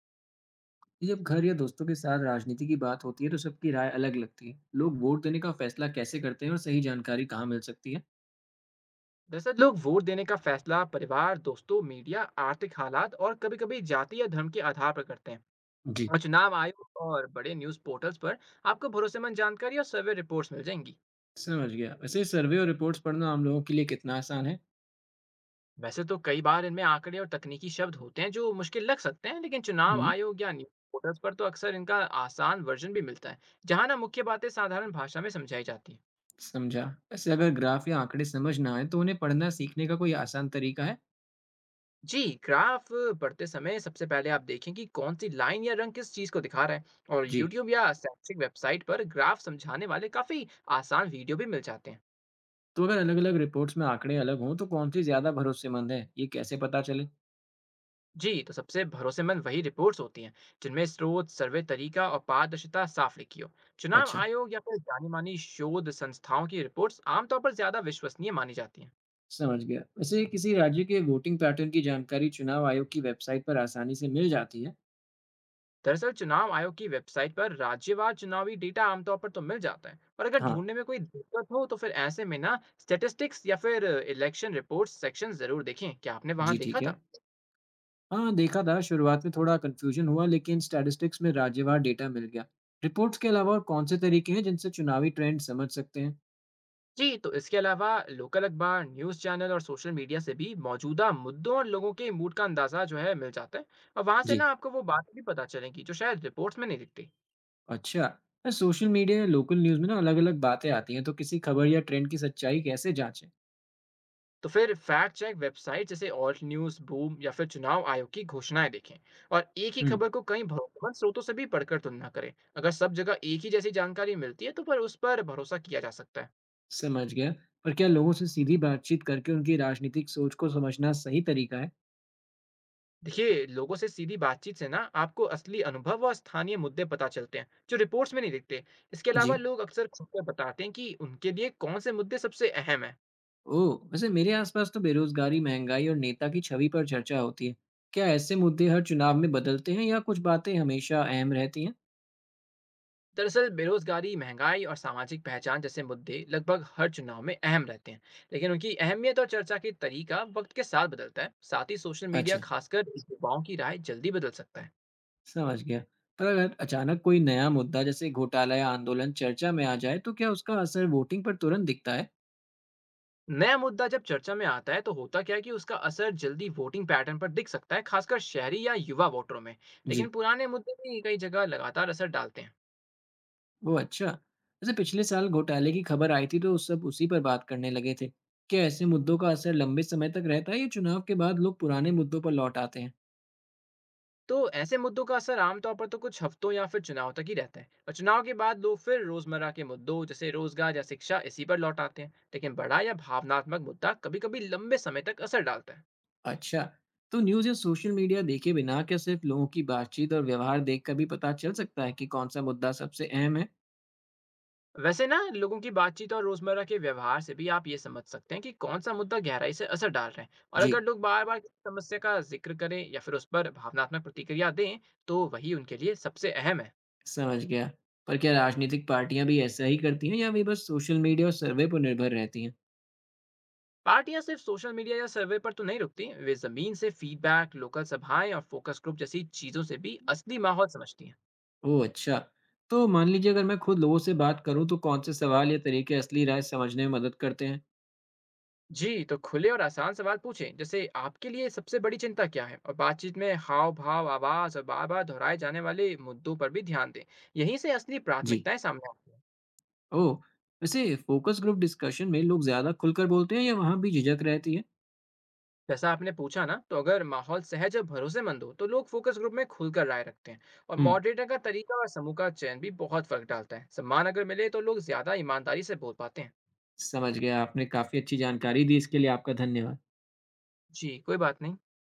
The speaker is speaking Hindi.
जब घर या दोस्तों के साथ राजनीति की बात होती है तो सबकी राय अलग लगती है। लोग वोट देने का फैसला कैसे करते हैं और सही जानकारी कहाँ मिल सकती है। दरअसल लोग वोट देने का फैसला परिवार, दोस्तों, मीडिया, आर्थिक हालात और कभी कभी जाति या धर्म के आधार पर करते हैं। जी। और चुनाव आयोग और बड़े न्यूज पोर्टल्स पर आपको भरोसेमंद जानकारी और सर्वे रिपोर्ट्स मिल जाएंगी। समझ गया। वैसे सर्वे और रिपोर्ट्स पढ़ना आम लोगों के लिए कितना आसान है। वैसे तो कई बार इनमें आंकड़े और तकनीकी शब्द होते हैं जो मुश्किल लग सकते हैं, लेकिन चुनाव हम्म। आयोग या न्यूज पोर्टल्स पर तो अक्सर इनका आसान वर्जन भी मिलता है, जहां ना मुख्य बातें साधारण भाषा में समझाई जाती हैं। समझा। वैसे अगर ग्राफ या आंकड़े समझ ना आए तो उन्हें पढ़ना सीखने का कोई आसान तरीका है। जी, ग्राफ पढ़ते समय सबसे पहले आप देखें कि कौन सी लाइन या रंग किस चीज को दिखा रहा है। और जी। यूट्यूब या शैक्षिक वेबसाइट पर ग्राफ समझाने वाले काफी आसान वीडियो भी मिल जाते हैं। तो अगर अलग अलग रिपोर्ट्स में आंकड़े अलग हों तो कौन सी ज्यादा भरोसेमंद है, ये कैसे पता चले। जी, तो सबसे भरोसेमंद वही रिपोर्ट्स होती हैं जिनमें स्रोत, सर्वे तरीका और पारदर्शिता साफ लिखी हो। चुनाव अच्छा, आयोग या फिर जानी मानी शोध संस्थाओं की रिपोर्ट्स आमतौर पर ज्यादा विश्वसनीय मानी जाती हैं। समझ गया। वैसे किसी राज्य के वोटिंग पैटर्न की जानकारी चुनाव आयोग की वेबसाइट पर आसानी से मिल जाती है। दरअसल चुनाव आयोग की वेबसाइट पर राज्यवार चुनावी डेटा आमतौर पर तो मिल जाता है, पर अगर हाँ, ढूंढने में कोई दिक्कत हो तो फिर ऐसे में ना स्टैटिस्टिक्स या फिर इलेक्शन रिपोर्ट्स सेक्शन जरूर देखें। क्या आपने वहां जी देखा ठीक है। था? हाँ, देखा था। शुरुआत में थोड़ा कंफ्यूजन हुआ लेकिन स्टैटिस्टिक्स में राज्यवार डेटा मिल गया। रिपोर्ट्स के अलावा और कौन से तरीके हैं जिनसे चुनावी ट्रेंड समझ सकते हैं। जी, तो इसके अलावा लोकल अखबार, न्यूज़ चैनल और सोशल मीडिया से भी मौजूदा मुद्दों और लोगों के मूड का अंदाजा जो है मिल जाता है। और वहां से ना जी। आपको वो बातें भी पता चलेंगी जो शायद रिपोर्ट्स में नहीं दिखती। अच्छा यार, सोशल मीडिया या लोकल न्यूज़ में ना अलग अलग बातें आती हैं, तो किसी खबर या ट्रेंड की सच्चाई कैसे जांचें। तो फिर फैक्ट चेक वेबसाइट जैसे ऑल्ट न्यूज़, बूम या फिर चुनाव आयोग की घोषणाएं देखें। और एक ही हम्म। खबर को कई भरोसेमंद स्रोतों से भी पढ़कर तुलना करें। अगर सब जगह एक ही जैसी जानकारी मिलती है तो पर उस पर भरोसा किया जा सकता है। समझ गया। पर क्या लोगों से सीधी बातचीत करके उनकी राजनीतिक सोच को समझना सही तरीका है। देखिए, लोगों से सीधी बातचीत से ना आपको असली अनुभव और स्थानीय मुद्दे पता चलते हैं जो रिपोर्ट्स में नहीं दिखते। इसके अलावा जी। लोग अक्सर खुलकर बताते हैं कि उनके लिए कौन से मुद्दे सबसे अहम हैं। ओ, वैसे मेरे आसपास तो बेरोजगारी, महंगाई और नेता की छवि पर चर्चा होती है। क्या ऐसे मुद्दे हर चुनाव में बदलते हैं या कुछ बातें हमेशा अहम रहती हैं। दरअसल बेरोजगारी, महंगाई और सामाजिक पहचान जैसे मुद्दे लगभग हर चुनाव में अहम रहते हैं, लेकिन उनकी अहमियत और चर्चा की तरीका वक्त के साथ बदलता है। साथ ही सोशल मीडिया अच्छा, खासकर युवाओं की राय जल्दी बदल सकता है। समझ गया। पर अगर अचानक कोई नया मुद्दा जैसे घोटाला या आंदोलन चर्चा में आ जाए, तो क्या उसका असर वोटिंग पर तुरंत दिखता है? नया मुद्दा जब चर्चा में आता है तो होता क्या है कि उसका असर जल्दी वोटिंग पैटर्न पर दिख सकता है, खासकर शहरी या युवा वोटरों में। लेकिन जी। पुराने मुद्दे भी कई जगह लगातार असर डालते हैं। ओह, अच्छा! वैसे पिछले साल घोटाले की खबर आई थी तो सब उसी पर बात करने लगे थे। क्या ऐसे मुद्दों का असर लंबे समय तक रहता है या चुनाव के बाद लोग पुराने मुद्दों पर लौट आते हैं? तो ऐसे मुद्दों का असर आमतौर पर तो कुछ हफ्तों या फिर चुनाव तक ही रहता है, और चुनाव के बाद लोग फिर रोजमर्रा के मुद्दों जैसे रोजगार या शिक्षा, इसी पर लौट आते हैं। लेकिन बड़ा या भावनात्मक मुद्दा कभी कभी लंबे समय तक असर डालता है। अच्छा, तो न्यूज़ या सोशल मीडिया देखे बिना क्या सिर्फ लोगों की बातचीत और व्यवहार देखकर भी पता चल सकता है कि कौन-सा मुद्दा सबसे अहम है? वैसे ना लोगों की बातचीत और रोजमर्रा के व्यवहार से भी आप ये समझ सकते हैं कि कौन सा मुद्दा गहराई से असर डाल रहे हैं। और अगर जी। लोग बार बार किसी समस्या का जिक्र करें या फिर उस पर भावनात्मक प्रतिक्रिया दें तो वही उनके लिए सबसे अहम है। समझ गया। पर क्या राजनीतिक पार्टियाँ भी ऐसा ही करती हैं या वे बस सोशल मीडिया और सर्वे पर निर्भर रहती हैं? पार्टियां सिर्फ सोशल मीडिया या सर्वे पर तो नहीं रुकती। वे जमीन से फीडबैक, लोकल सभाएं और फोकस ग्रुप जैसी चीजों से भी असली माहौल समझती हैं। ओह, अच्छा। तो मान लीजिए, अगर मैं खुद लोगों से बात करूँ तो कौन से सवाल या तरीके असली राय समझने में मदद करते हैं? जी, तो खुले और आसान सवाल पूछें जैसे आपके लिए सबसे बड़ी चिंता क्या है, और बातचीत में हाव भाव, आवाज और बार बार दोहराए जाने वाले मुद्दों पर भी ध्यान दें। यहीं से असली जी। प्राथमिकताएं सामने आती हैं। ओह! वैसे फ़ोकस ग्रुप डिस्कशन में लोग ज़्यादा खुलकर बोलते हैं या वहाँ भी झिझक रहती है? जैसा आपने पूछा ना, तो अगर माहौल सहज और भरोसेमंद हो तो लोग फोकस ग्रुप में खुलकर राय रखते हैं। और हुँ, मॉडरेटर का तरीका और समूह का चयन भी बहुत फर्क डालता है। सम्मान अगर मिले तो लोग ज्यादा ईमानदारी से बोल पाते हैं। समझ गया। आपने काफ़ी अच्छी जानकारी दी, इसके लिए आपका धन्यवाद। जी, कोई बात नहीं।